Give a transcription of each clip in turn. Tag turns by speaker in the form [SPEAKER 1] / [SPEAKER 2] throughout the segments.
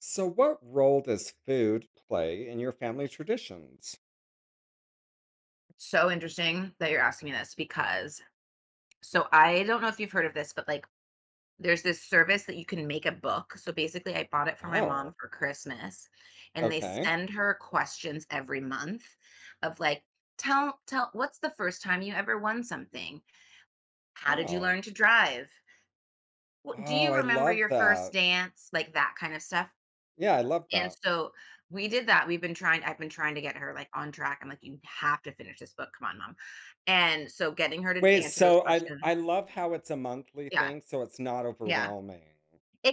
[SPEAKER 1] So, what role does food play in your family traditions?
[SPEAKER 2] So interesting that you're asking me this because I don't know if you've heard of this, but, like, there's this service that you can make a book. So basically, I bought it for my mom
[SPEAKER 1] Oh,
[SPEAKER 2] for Christmas, and they
[SPEAKER 1] okay.
[SPEAKER 2] send her questions every month of like, tell what's the first time you ever won something? How did you
[SPEAKER 1] Oh,
[SPEAKER 2] learn to drive? What, do
[SPEAKER 1] oh,
[SPEAKER 2] you
[SPEAKER 1] I
[SPEAKER 2] remember
[SPEAKER 1] love
[SPEAKER 2] your first
[SPEAKER 1] that.
[SPEAKER 2] dance? Like that kind of stuff.
[SPEAKER 1] Yeah, I love
[SPEAKER 2] And
[SPEAKER 1] that.
[SPEAKER 2] so we did that. I've been trying to get her like on track. I'm like, you have to finish this book. Come on, mom. And so getting her to
[SPEAKER 1] Wait,
[SPEAKER 2] answer those
[SPEAKER 1] so I
[SPEAKER 2] questions.
[SPEAKER 1] I love how it's a monthly
[SPEAKER 2] Yeah.
[SPEAKER 1] thing, so it's not
[SPEAKER 2] Yeah.
[SPEAKER 1] overwhelming.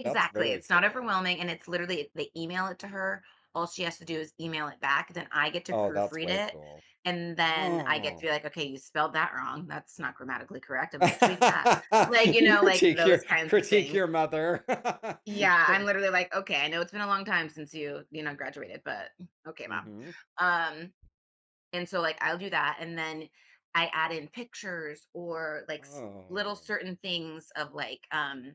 [SPEAKER 1] That's very
[SPEAKER 2] It's not
[SPEAKER 1] cool.
[SPEAKER 2] overwhelming. And it's literally they email it to her. All she has to do is email it back. Then I get to
[SPEAKER 1] Oh, that's
[SPEAKER 2] proofread
[SPEAKER 1] way
[SPEAKER 2] it.
[SPEAKER 1] cool.
[SPEAKER 2] And then I get to
[SPEAKER 1] Oh,
[SPEAKER 2] be like, okay, you spelled that wrong. That's not grammatically correct. I'm gonna tweak that. Like, you
[SPEAKER 1] you
[SPEAKER 2] know, like
[SPEAKER 1] critique
[SPEAKER 2] those
[SPEAKER 1] your
[SPEAKER 2] kinds of
[SPEAKER 1] critique
[SPEAKER 2] things.
[SPEAKER 1] your mother.
[SPEAKER 2] Yeah. I'm literally like, okay, I know it's been a long time since you graduated, but okay, mom.
[SPEAKER 1] hmm
[SPEAKER 2] Um, And so like I'll do that and then I add in pictures or like little
[SPEAKER 1] Oh.
[SPEAKER 2] certain things of like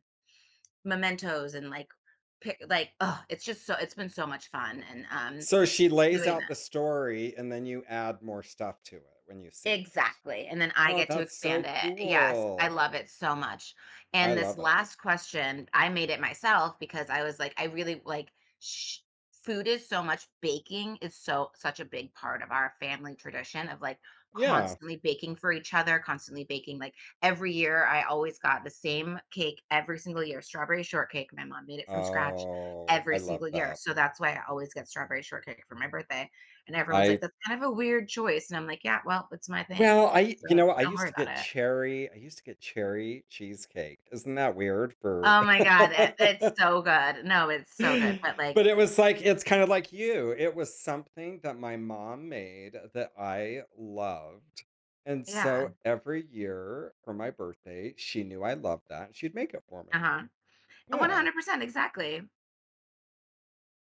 [SPEAKER 2] mementos and like like, oh, it's just so it's been so much fun and
[SPEAKER 1] So she
[SPEAKER 2] Yeah.
[SPEAKER 1] lays
[SPEAKER 2] doing
[SPEAKER 1] out the story and then you add more stuff to it when you see it.
[SPEAKER 2] Exactly, and then I
[SPEAKER 1] Oh,
[SPEAKER 2] get to
[SPEAKER 1] that's so
[SPEAKER 2] expand it. Yes, I
[SPEAKER 1] cool.
[SPEAKER 2] love it so much.
[SPEAKER 1] I
[SPEAKER 2] And this
[SPEAKER 1] love it.
[SPEAKER 2] last question, I made it myself because I was like, I really like sh- food is so much baking is so such a big part of our family tradition of like
[SPEAKER 1] Yeah.
[SPEAKER 2] constantly baking for each other, constantly baking. Like every year, I always got the same cake every single year, strawberry shortcake. My mom made it from scratch
[SPEAKER 1] Oh,
[SPEAKER 2] every
[SPEAKER 1] I love
[SPEAKER 2] single year,
[SPEAKER 1] that.
[SPEAKER 2] so that's why I always get strawberry shortcake for my birthday, and everyone's like,
[SPEAKER 1] I
[SPEAKER 2] "That's kind of a weird choice." And I'm like, "Yeah, well, it's my thing,
[SPEAKER 1] well, I
[SPEAKER 2] so
[SPEAKER 1] you know, I
[SPEAKER 2] don't
[SPEAKER 1] used
[SPEAKER 2] worry
[SPEAKER 1] to
[SPEAKER 2] about
[SPEAKER 1] get
[SPEAKER 2] it."
[SPEAKER 1] cherry, I used to get cherry cheesecake. Isn't that weird for
[SPEAKER 2] Oh my god, it's so good. No, it's so good, but, like,
[SPEAKER 1] But it was like it's kinda like you. It was something that my mom made that I loved, and
[SPEAKER 2] yeah,
[SPEAKER 1] so every year for my birthday, she knew I loved that, she'd make it for me.
[SPEAKER 2] uh-huh.
[SPEAKER 1] Yeah.
[SPEAKER 2] 100%, exactly.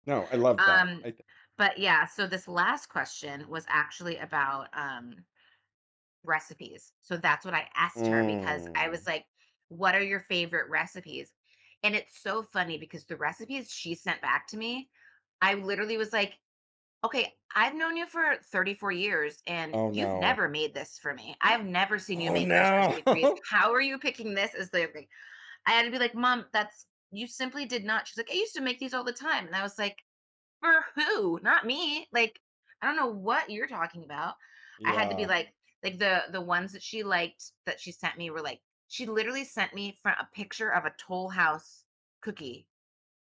[SPEAKER 1] No, I love that.
[SPEAKER 2] Um,
[SPEAKER 1] I th
[SPEAKER 2] but yeah, so this last question was actually about, recipes. So that's what I asked her because I was
[SPEAKER 1] Mm.
[SPEAKER 2] like, "What are your favorite recipes?" And it's so funny because the recipes she sent back to me, I literally was like, okay, I've known you for 34 years and
[SPEAKER 1] Oh,
[SPEAKER 2] you've
[SPEAKER 1] no.
[SPEAKER 2] never made this for me. I've never seen you
[SPEAKER 1] Oh,
[SPEAKER 2] make Rice
[SPEAKER 1] no.
[SPEAKER 2] Krispie treats. How are you picking this as the like, I had to be like, "Mom, that's you simply did not." She's like, "I used to make these all the time." And I was like, "For who? Not me." Like, I don't know what you're talking about. I had to be
[SPEAKER 1] Yeah.
[SPEAKER 2] like the ones that she liked that she sent me were like, she literally sent me fro a picture of a Toll House cookie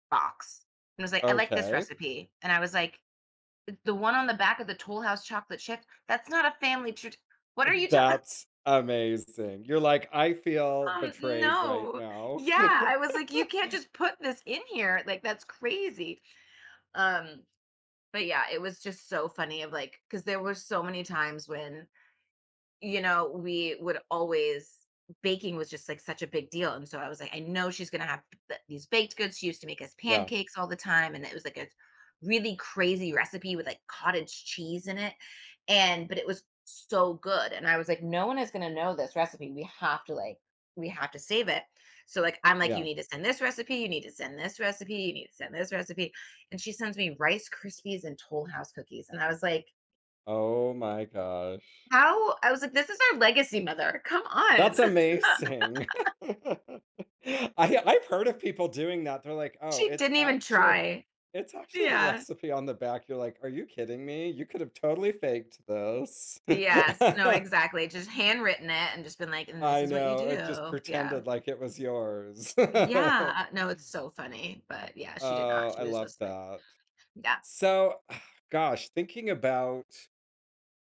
[SPEAKER 2] box and was like, "I like this
[SPEAKER 1] Okay.
[SPEAKER 2] recipe." And I was like, the one on the back of the Toll House chocolate chip, that's not a family trad what are you talking?
[SPEAKER 1] That's amazing. You're like, "I feel betrayed right
[SPEAKER 2] No.
[SPEAKER 1] now."
[SPEAKER 2] Yeah, I was like, "You can't just put this in here, like, that's crazy." Um, but yeah, it was just so funny of, like, because there were so many times when, you know, we would always baking was just like such a big deal. And so I was like, I know she's gonna have these baked goods. She used to make us
[SPEAKER 1] Yeah,
[SPEAKER 2] pancakes all the time, and it was like a really crazy recipe with like cottage cheese in it. And but it was so good. And I was like, no one is gonna know this recipe. We have to save it. So like I'm like, you
[SPEAKER 1] yeah.
[SPEAKER 2] need to send this recipe, you need to send this recipe, you need to send this recipe. And she sends me Rice Krispies and Toll House cookies. And I was like,
[SPEAKER 1] Oh my gosh.
[SPEAKER 2] how I was like, "This is our legacy mother, come on."
[SPEAKER 1] That's amazing. I I've heard of people doing that. They're like, "Oh,
[SPEAKER 2] She
[SPEAKER 1] it's
[SPEAKER 2] didn't even
[SPEAKER 1] actually
[SPEAKER 2] try.
[SPEAKER 1] it's actually the
[SPEAKER 2] Yeah.
[SPEAKER 1] recipe on the back." You're like, "Are you kidding me? You could have totally faked this."
[SPEAKER 2] Yes. No, exactly, just handwritten it and just been like, "And this
[SPEAKER 1] I
[SPEAKER 2] is what you
[SPEAKER 1] know, it just
[SPEAKER 2] do." Yeah.
[SPEAKER 1] pretended like it was yours.
[SPEAKER 2] Yeah, no, it's so funny, but yeah, she did not,
[SPEAKER 1] Oh,
[SPEAKER 2] she
[SPEAKER 1] I
[SPEAKER 2] was
[SPEAKER 1] love
[SPEAKER 2] just like,
[SPEAKER 1] that.
[SPEAKER 2] yeah.
[SPEAKER 1] So, gosh, thinking about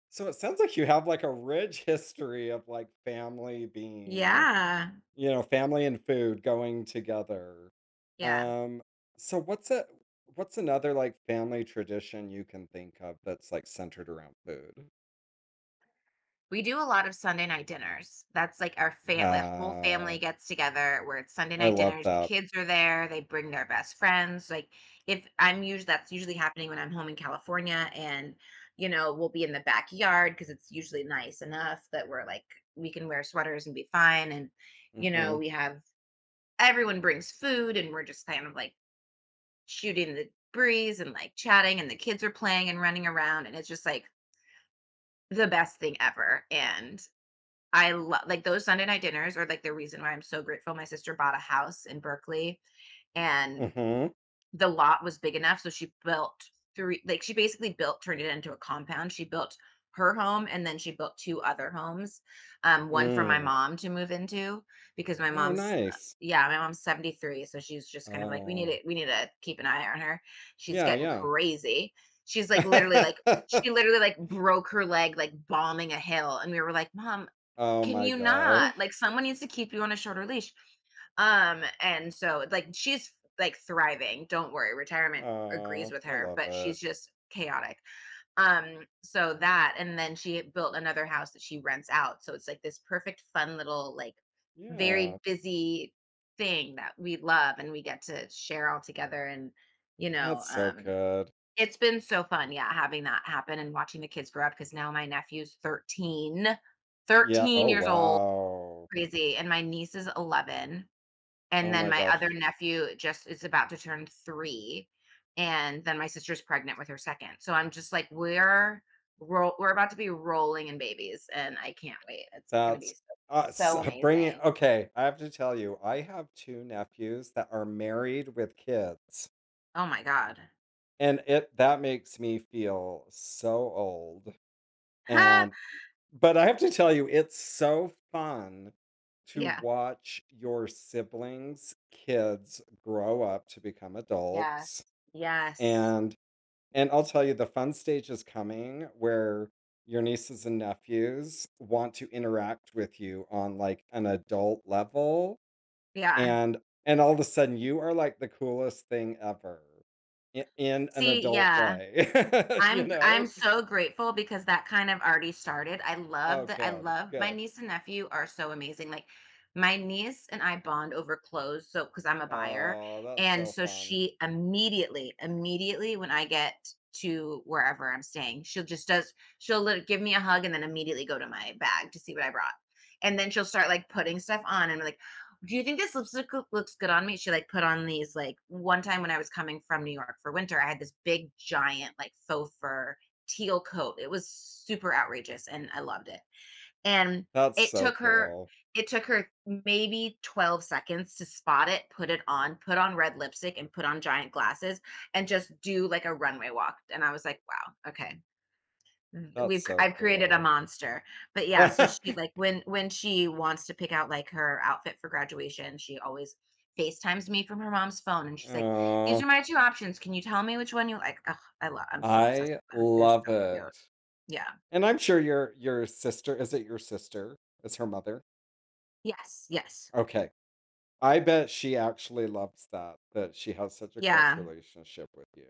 [SPEAKER 1] so it sounds like you have, like, a rich history of, like, family being.
[SPEAKER 2] Yeah.
[SPEAKER 1] You know, family and food going together.
[SPEAKER 2] Yeah.
[SPEAKER 1] Um, so, what's another like family tradition you can think of that's like centered around food?
[SPEAKER 2] We do a lot of Sunday night dinners. That's like our family whole
[SPEAKER 1] Ah,
[SPEAKER 2] family gets together where it's Sunday
[SPEAKER 1] I
[SPEAKER 2] night
[SPEAKER 1] love
[SPEAKER 2] dinners. The
[SPEAKER 1] that.
[SPEAKER 2] kids are there, they bring their best friends. Like if I'm usually that's usually happening when I'm home in California, and you know, we'll be in the backyard because it's usually nice enough that we're like we can wear sweaters and be fine, and you
[SPEAKER 1] hmm
[SPEAKER 2] know, we have everyone brings food and we're just kind of like shooting the breeze and like chatting and the kids are playing and running around and it's just like the best thing ever. And I love like those Sunday night dinners are like the reason why I'm so grateful. My sister bought a house in Berkeley, and
[SPEAKER 1] hmm
[SPEAKER 2] the lot was big enough. So she built three, like she basically built, turned it into a compound. She built her home and then she built two other homes, one for my
[SPEAKER 1] Mm.
[SPEAKER 2] mom to move into because my
[SPEAKER 1] Oh, nice.
[SPEAKER 2] mom's 73. So she's just kind of like, we need to,
[SPEAKER 1] Oh,
[SPEAKER 2] keep an eye on her. She's
[SPEAKER 1] yeah,
[SPEAKER 2] getting
[SPEAKER 1] yeah.
[SPEAKER 2] crazy. She's like literally like, she literally like broke her leg like bombing a hill and we were like mom
[SPEAKER 1] Oh
[SPEAKER 2] can
[SPEAKER 1] my
[SPEAKER 2] you not? Like,
[SPEAKER 1] gosh.
[SPEAKER 2] someone needs to keep you on a shorter leash. And so, like, she's like thriving. Don't worry, retirement agrees
[SPEAKER 1] Oh,
[SPEAKER 2] with
[SPEAKER 1] I
[SPEAKER 2] her,
[SPEAKER 1] love
[SPEAKER 2] but she's
[SPEAKER 1] it.
[SPEAKER 2] just chaotic. So that, and then she built another house that she rents out. So it's like this perfect, fun little, like,
[SPEAKER 1] Yeah,
[SPEAKER 2] very busy thing that we love and we get to share all together. And, you know,
[SPEAKER 1] that's so good.
[SPEAKER 2] it's been so fun, yeah, having that happen and watching the kids grow up because now my
[SPEAKER 1] Yeah.
[SPEAKER 2] thirteen
[SPEAKER 1] Oh,
[SPEAKER 2] years old,
[SPEAKER 1] wow.
[SPEAKER 2] crazy, and my niece is 11, and
[SPEAKER 1] Oh
[SPEAKER 2] then
[SPEAKER 1] my
[SPEAKER 2] my other
[SPEAKER 1] gosh.
[SPEAKER 2] nephew just is about to turn 3, and then my sister's pregnant with her 2nd, so I'm just like, we're about to be rolling in babies, and I can't wait, it's gonna be
[SPEAKER 1] That's
[SPEAKER 2] so
[SPEAKER 1] uh, s-
[SPEAKER 2] so amazing.
[SPEAKER 1] bringing. Okay, I have to tell you, I have two nephews that are married with kids,
[SPEAKER 2] Oh my god.
[SPEAKER 1] and it that makes me feel so old. And but I have to tell you, it's so fun to
[SPEAKER 2] Yeah.
[SPEAKER 1] watch your siblings' kids grow up to become
[SPEAKER 2] Yeah.
[SPEAKER 1] adults
[SPEAKER 2] Yes. Yes.
[SPEAKER 1] and. And I'll tell you, the fun stage is coming where your nieces and nephews want to interact with you on like an adult level.
[SPEAKER 2] Yeah.
[SPEAKER 1] And and all of a sudden you are like the coolest thing ever in an
[SPEAKER 2] See,
[SPEAKER 1] adult
[SPEAKER 2] yeah.
[SPEAKER 1] way. you
[SPEAKER 2] I'm
[SPEAKER 1] know?
[SPEAKER 2] so grateful because that kind of already started.
[SPEAKER 1] Oh
[SPEAKER 2] I
[SPEAKER 1] good,
[SPEAKER 2] love my
[SPEAKER 1] good.
[SPEAKER 2] niece and nephew are so amazing. Like my niece and I bond over clothes, so because I'm a buyer.
[SPEAKER 1] Oh, that's
[SPEAKER 2] And
[SPEAKER 1] so
[SPEAKER 2] so
[SPEAKER 1] fun.
[SPEAKER 2] immediately when I get to wherever I'm staying, she'll just does she'll give me a hug and then immediately go to my bag to see what I brought. And then she'll start like putting stuff on and like do you think this lipstick looks good on me? She like put on these like one time when I was coming from New York for winter, I had this big giant like faux fur teal coat. It was super outrageous and I loved it. And
[SPEAKER 1] That's
[SPEAKER 2] it
[SPEAKER 1] so
[SPEAKER 2] took her
[SPEAKER 1] cool.
[SPEAKER 2] it took her maybe 12 seconds to spot it, put it on, put on red lipstick and put on giant glasses and just do like a runway walk. And I was like, wow, okay. Th
[SPEAKER 1] That's
[SPEAKER 2] we've I
[SPEAKER 1] so
[SPEAKER 2] I've created a
[SPEAKER 1] cool.
[SPEAKER 2] monster, but yeah, so she like, when she wants to pick out, like, her outfit for graduation, she always FaceTimes me from her mom's phone, and she's like, "These are
[SPEAKER 1] oh,
[SPEAKER 2] my 2 options, can you tell me which one you like?" Ugh, I'm so obsessed
[SPEAKER 1] I
[SPEAKER 2] with them, they're
[SPEAKER 1] love
[SPEAKER 2] so
[SPEAKER 1] it.
[SPEAKER 2] cute. Yeah.
[SPEAKER 1] And I'm sure your sister, is it your sister? Is her mother?
[SPEAKER 2] Yes, yes.
[SPEAKER 1] Okay. I bet she actually loves that, that she has such a close
[SPEAKER 2] Yeah,
[SPEAKER 1] relationship with you.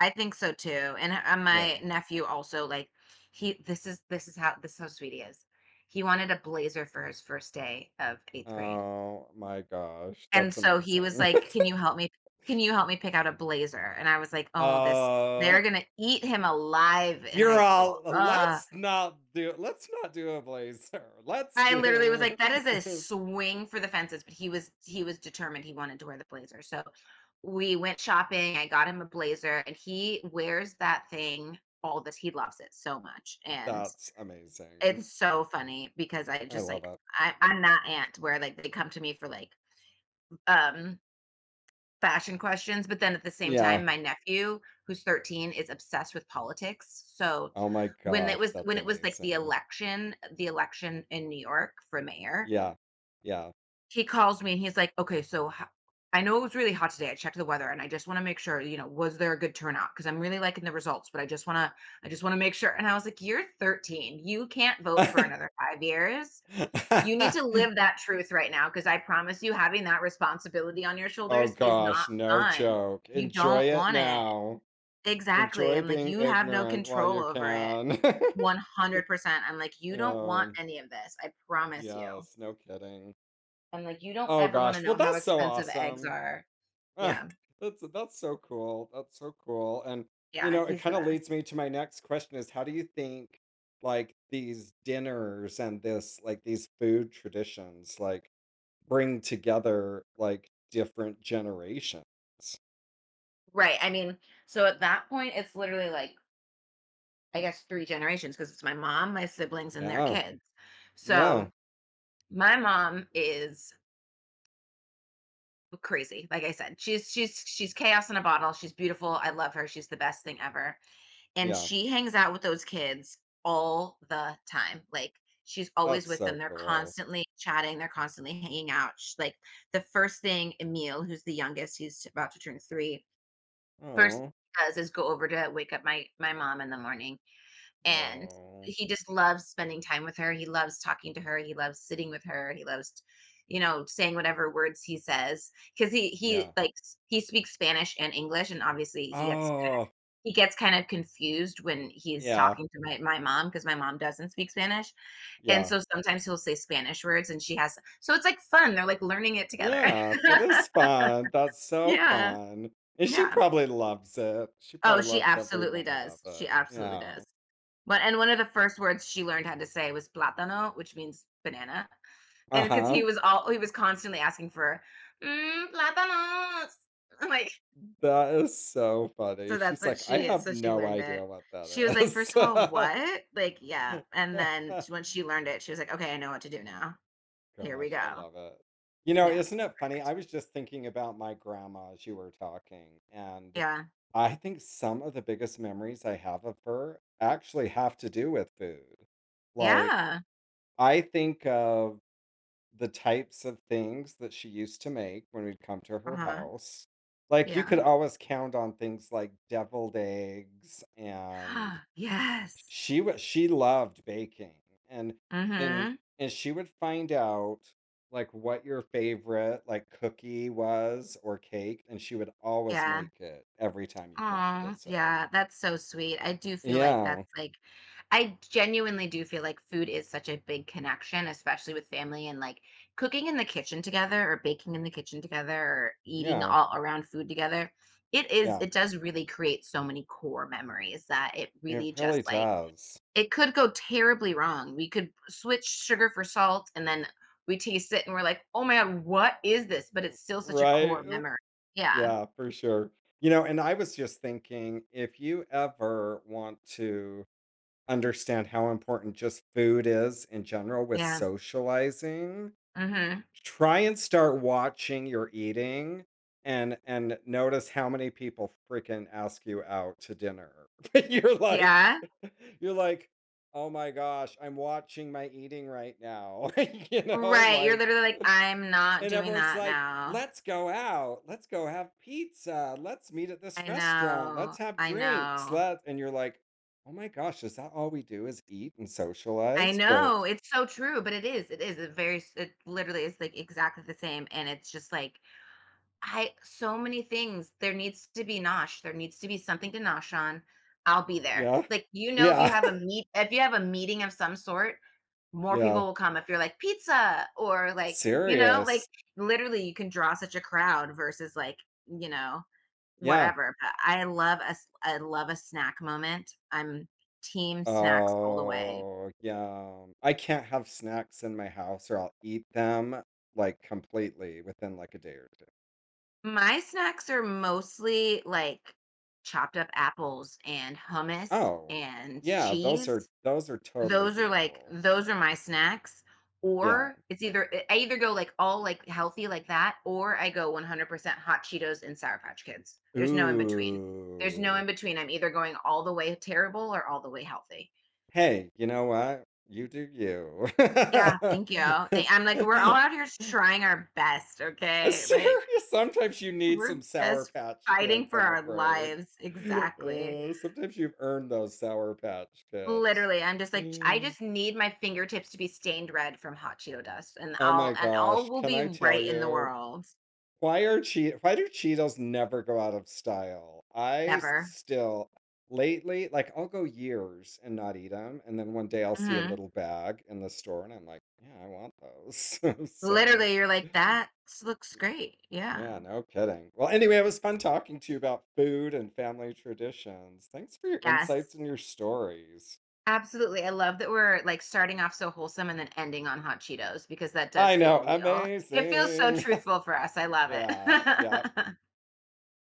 [SPEAKER 2] I think so too, and,
[SPEAKER 1] Yeah.
[SPEAKER 2] my nephew also, like, he this is this is how sweet he is. He wanted a blazer for his first day of 8th grade.
[SPEAKER 1] Oh my gosh,
[SPEAKER 2] And
[SPEAKER 1] that's
[SPEAKER 2] so he was
[SPEAKER 1] amazing.
[SPEAKER 2] like, Can you help me pick out a blazer?" And I was like, "Oh, this they're
[SPEAKER 1] Oh,
[SPEAKER 2] gonna eat him alive in high
[SPEAKER 1] you're
[SPEAKER 2] school."
[SPEAKER 1] all,
[SPEAKER 2] Ugh.
[SPEAKER 1] let's not do a blazer. Let's
[SPEAKER 2] I literally was
[SPEAKER 1] do.
[SPEAKER 2] like, "That is a swing for the fences," but he was determined he wanted to wear the blazer. So we went shopping, I got him a blazer, and he wears that thing all this he loves it so much. And
[SPEAKER 1] That's
[SPEAKER 2] it's
[SPEAKER 1] amazing.
[SPEAKER 2] so funny because I
[SPEAKER 1] I
[SPEAKER 2] just
[SPEAKER 1] love
[SPEAKER 2] like
[SPEAKER 1] it.
[SPEAKER 2] I, I'm not aunt where like they come to me for like um fashion questions, but then at the same time,
[SPEAKER 1] Yeah.
[SPEAKER 2] my nephew, who's 13, is obsessed with politics. So
[SPEAKER 1] Oh my
[SPEAKER 2] when it
[SPEAKER 1] gosh,
[SPEAKER 2] was when
[SPEAKER 1] that's
[SPEAKER 2] it was, like, the
[SPEAKER 1] amazing.
[SPEAKER 2] election in New York for mayor,
[SPEAKER 1] Yeah. Yeah.
[SPEAKER 2] he calls me and he's like, "Okay, so ho I know it was really hot today, I checked the weather, and I just wanna make sure, you know, was there a good turnout? Because 'Cause I'm really liking the results, but I just wanna make sure." And I was like, "You're 13, you can't vote for another 5 years. You need to live that truth right now because I promise you having that responsibility on your
[SPEAKER 1] Oh
[SPEAKER 2] shoulders is not
[SPEAKER 1] gosh, no
[SPEAKER 2] fun.
[SPEAKER 1] joke.
[SPEAKER 2] You
[SPEAKER 1] Enjoy
[SPEAKER 2] don't
[SPEAKER 1] it
[SPEAKER 2] want it."
[SPEAKER 1] now.
[SPEAKER 2] Exactly.
[SPEAKER 1] Enjoy
[SPEAKER 2] I'm like,
[SPEAKER 1] being
[SPEAKER 2] you have no
[SPEAKER 1] ignorant while
[SPEAKER 2] control
[SPEAKER 1] you
[SPEAKER 2] over it.
[SPEAKER 1] can.
[SPEAKER 2] 100%. I'm like, you don't want
[SPEAKER 1] um,
[SPEAKER 2] any of this. I promise you.
[SPEAKER 1] yes, no kidding.
[SPEAKER 2] I'm like, you don't
[SPEAKER 1] Oh
[SPEAKER 2] ever want to
[SPEAKER 1] gosh, well
[SPEAKER 2] know how
[SPEAKER 1] that's so
[SPEAKER 2] expensive eggs
[SPEAKER 1] awesome.
[SPEAKER 2] are.
[SPEAKER 1] Ah,
[SPEAKER 2] Yeah.
[SPEAKER 1] that's so cool. That's so cool. And you
[SPEAKER 2] Yeah.
[SPEAKER 1] know, it
[SPEAKER 2] He's the
[SPEAKER 1] kind of
[SPEAKER 2] best.
[SPEAKER 1] leads me to my next question is how do you think like these dinners and this like these food traditions like bring together like different generations?
[SPEAKER 2] Right. I mean, so at that point, it's literally like, I guess, three generations because it's my mom, my siblings, and their
[SPEAKER 1] Yeah.
[SPEAKER 2] kids. So
[SPEAKER 1] Yeah.
[SPEAKER 2] my mom is crazy. Like I said, she's chaos in a bottle. She's beautiful. I love her. She's the best thing ever. And
[SPEAKER 1] Yeah.
[SPEAKER 2] she hangs out with those kids all the time. Like she's always
[SPEAKER 1] That's
[SPEAKER 2] with them.
[SPEAKER 1] so
[SPEAKER 2] They're
[SPEAKER 1] cool.
[SPEAKER 2] constantly chatting. They're constantly hanging out. Sh like The first thing Emil, who's the youngest, he's about to turn three, first thing
[SPEAKER 1] Oh,
[SPEAKER 2] he does is go over to wake up my mom in the morning, and
[SPEAKER 1] oh,
[SPEAKER 2] he just loves spending time with her. He loves talking to her. He loves sitting with her. He loves, you know, saying whatever words he says because he he
[SPEAKER 1] yeah.
[SPEAKER 2] like s- he speaks Spanish and English, and obviously
[SPEAKER 1] Oh,
[SPEAKER 2] he gets kind of confused when he's
[SPEAKER 1] yeah,
[SPEAKER 2] talking to my mom because my mom doesn't speak Spanish, and
[SPEAKER 1] yeah,
[SPEAKER 2] so sometimes he'll say Spanish words, and she has so it's like fun. They're like learning it together.
[SPEAKER 1] yeah. That is fun. That's so
[SPEAKER 2] Yeah.
[SPEAKER 1] fun. And she
[SPEAKER 2] Yeah.
[SPEAKER 1] probably loves it. She
[SPEAKER 2] Oh,
[SPEAKER 1] probably
[SPEAKER 2] she
[SPEAKER 1] loves every
[SPEAKER 2] absolutely
[SPEAKER 1] minute of
[SPEAKER 2] does. She
[SPEAKER 1] it.
[SPEAKER 2] absolutely
[SPEAKER 1] Yeah.
[SPEAKER 2] does. But and one of the first words she learned how to say was plátano, which means banana. And
[SPEAKER 1] Uh
[SPEAKER 2] because he
[SPEAKER 1] huh.
[SPEAKER 2] was all he was constantly asking for plátanos. Like,
[SPEAKER 1] That is so funny.
[SPEAKER 2] so that's
[SPEAKER 1] She's
[SPEAKER 2] what
[SPEAKER 1] like, I have
[SPEAKER 2] She
[SPEAKER 1] no
[SPEAKER 2] learned it.
[SPEAKER 1] idea what
[SPEAKER 2] She was
[SPEAKER 1] that
[SPEAKER 2] like, first
[SPEAKER 1] is.
[SPEAKER 2] of all, what? Like, yeah. And then once she learned it, she was like, okay, I know what to do now. Here we
[SPEAKER 1] Gosh,
[SPEAKER 2] go.
[SPEAKER 1] I love it. You know,
[SPEAKER 2] Yeah.
[SPEAKER 1] isn't it funny? I
[SPEAKER 2] Perfect.
[SPEAKER 1] was just thinking about my grandma as you were talking, and
[SPEAKER 2] Yeah.
[SPEAKER 1] I think some of the biggest memories I have of her actually have to do with food. Like,
[SPEAKER 2] Yeah.
[SPEAKER 1] I think of the types of things that she used to make when we'd come to her
[SPEAKER 2] Uh-huh.
[SPEAKER 1] house. Like, you
[SPEAKER 2] Yeah.
[SPEAKER 1] could always count on things like deviled eggs, and
[SPEAKER 2] Yes.
[SPEAKER 1] she wa she loved baking, and and
[SPEAKER 2] Mm-hmm.
[SPEAKER 1] and she would find out like what your favorite like cookie was or cake, and she would always
[SPEAKER 2] Yeah.
[SPEAKER 1] make it every time you came to
[SPEAKER 2] Aw,
[SPEAKER 1] visit.
[SPEAKER 2] yeah, that's so sweet.
[SPEAKER 1] Yeah,
[SPEAKER 2] I genuinely do feel like food is such a big connection, especially with family and like cooking in the kitchen together or baking in the kitchen together or eating
[SPEAKER 1] yeah,
[SPEAKER 2] all around food together. It is,
[SPEAKER 1] yeah.
[SPEAKER 2] it does really create so many core memories that it
[SPEAKER 1] It
[SPEAKER 2] really just
[SPEAKER 1] really
[SPEAKER 2] like
[SPEAKER 1] does.
[SPEAKER 2] it could go terribly wrong. We could switch sugar for salt and then we taste it and we're like, oh my God, what is this? But it's still such a
[SPEAKER 1] Right?
[SPEAKER 2] core memory. Yeah.
[SPEAKER 1] Yeah, for sure. You know, and I was just thinking if you ever want to understand how important just food is in general with
[SPEAKER 2] Yeah.
[SPEAKER 1] socializing,
[SPEAKER 2] Mm-hmm.
[SPEAKER 1] try and start watching your eating and notice how many people freaking ask you out to dinner. You're like
[SPEAKER 2] Yeah.
[SPEAKER 1] you're like, "Oh my gosh, I'm watching my eating right now." You know,
[SPEAKER 2] Right, you're
[SPEAKER 1] like.
[SPEAKER 2] literally like, "I'm not
[SPEAKER 1] And
[SPEAKER 2] doing
[SPEAKER 1] everyone's
[SPEAKER 2] that
[SPEAKER 1] like,
[SPEAKER 2] now."
[SPEAKER 1] "Let's go out. Let's go have pizza. Let's meet at this
[SPEAKER 2] I
[SPEAKER 1] restaurant.
[SPEAKER 2] know,
[SPEAKER 1] Let's have
[SPEAKER 2] I
[SPEAKER 1] drinks.
[SPEAKER 2] know,
[SPEAKER 1] Let" and you're like, "Oh my gosh, is that all we do is eat and
[SPEAKER 2] I
[SPEAKER 1] socialize?"
[SPEAKER 2] know,
[SPEAKER 1] But
[SPEAKER 2] it's so true, but it is, it is, it very s it literally is, like, exactly the same, and it's just like, I so many things. There needs to be nosh. There needs to be something to nosh on. I'll be there.
[SPEAKER 1] yeah.
[SPEAKER 2] Like, you know, if you
[SPEAKER 1] Yeah.
[SPEAKER 2] have a meeting of some sort, more people
[SPEAKER 1] Yeah.
[SPEAKER 2] will come if you're like pizza or like, you know, like
[SPEAKER 1] Serious.
[SPEAKER 2] literally you can draw such a crowd versus like, you know,
[SPEAKER 1] Yeah.
[SPEAKER 2] whatever. But I love a snack moment. I'm team snacks all the way.
[SPEAKER 1] Oh, yeah. I can't have snacks in my house or I'll eat them like completely within like a day or two.
[SPEAKER 2] My snacks are mostly like chopped up apples and hummus
[SPEAKER 1] Oh.
[SPEAKER 2] and
[SPEAKER 1] Yeah, those are
[SPEAKER 2] cheese.
[SPEAKER 1] those are totally doable.
[SPEAKER 2] Those are my snacks.
[SPEAKER 1] Yeah.
[SPEAKER 2] Or it's either I either go like all like healthy like that, or I go 100% hot Cheetos and Sour Patch Kids. There's no in between. There's no
[SPEAKER 1] Ooh.
[SPEAKER 2] in between. I'm either going all the way terrible or all the way healthy.
[SPEAKER 1] Hey, you know what? You do you.
[SPEAKER 2] Yeah, thank you. I'm like we're all out here trying our best.
[SPEAKER 1] A
[SPEAKER 2] Okay, like
[SPEAKER 1] serious, sometimes you need
[SPEAKER 2] we're
[SPEAKER 1] some Sour
[SPEAKER 2] just
[SPEAKER 1] Patch
[SPEAKER 2] fighting
[SPEAKER 1] Kids,
[SPEAKER 2] for
[SPEAKER 1] I'm
[SPEAKER 2] our
[SPEAKER 1] afraid.
[SPEAKER 2] lives. Exactly.
[SPEAKER 1] Sometimes you've earned those Sour Patch Kids.
[SPEAKER 2] Literally, I'm just like, I
[SPEAKER 1] Mm.
[SPEAKER 2] just need my fingertips to be stained red from hot Cheeto dust, and
[SPEAKER 1] Oh my
[SPEAKER 2] all
[SPEAKER 1] gosh,
[SPEAKER 2] will
[SPEAKER 1] can
[SPEAKER 2] be
[SPEAKER 1] I tell
[SPEAKER 2] right in the
[SPEAKER 1] you?
[SPEAKER 2] world. Wow.
[SPEAKER 1] Why are che? Why do Cheetos never go out of style? I
[SPEAKER 2] Never.
[SPEAKER 1] still lately, like, I'll go years and not eat them, and then one day I'll see a
[SPEAKER 2] Mhm.
[SPEAKER 1] little bag in the store, and I'm like, "Yeah, I want those." So,
[SPEAKER 2] Literally, you're like, " looks great." Yeah.
[SPEAKER 1] yeah, no kidding. Well, anyway, it was fun talking to you about food and family traditions. Thanks for your
[SPEAKER 2] Yes.
[SPEAKER 1] insights and your stories.
[SPEAKER 2] Absolutely. I love that we're, like, starting off so wholesome and then ending on hot Cheetos because that does
[SPEAKER 1] I know,
[SPEAKER 2] feel real. It feels so
[SPEAKER 1] amazing.
[SPEAKER 2] truthful for us. I love
[SPEAKER 1] Yeah, yeah.
[SPEAKER 2] it.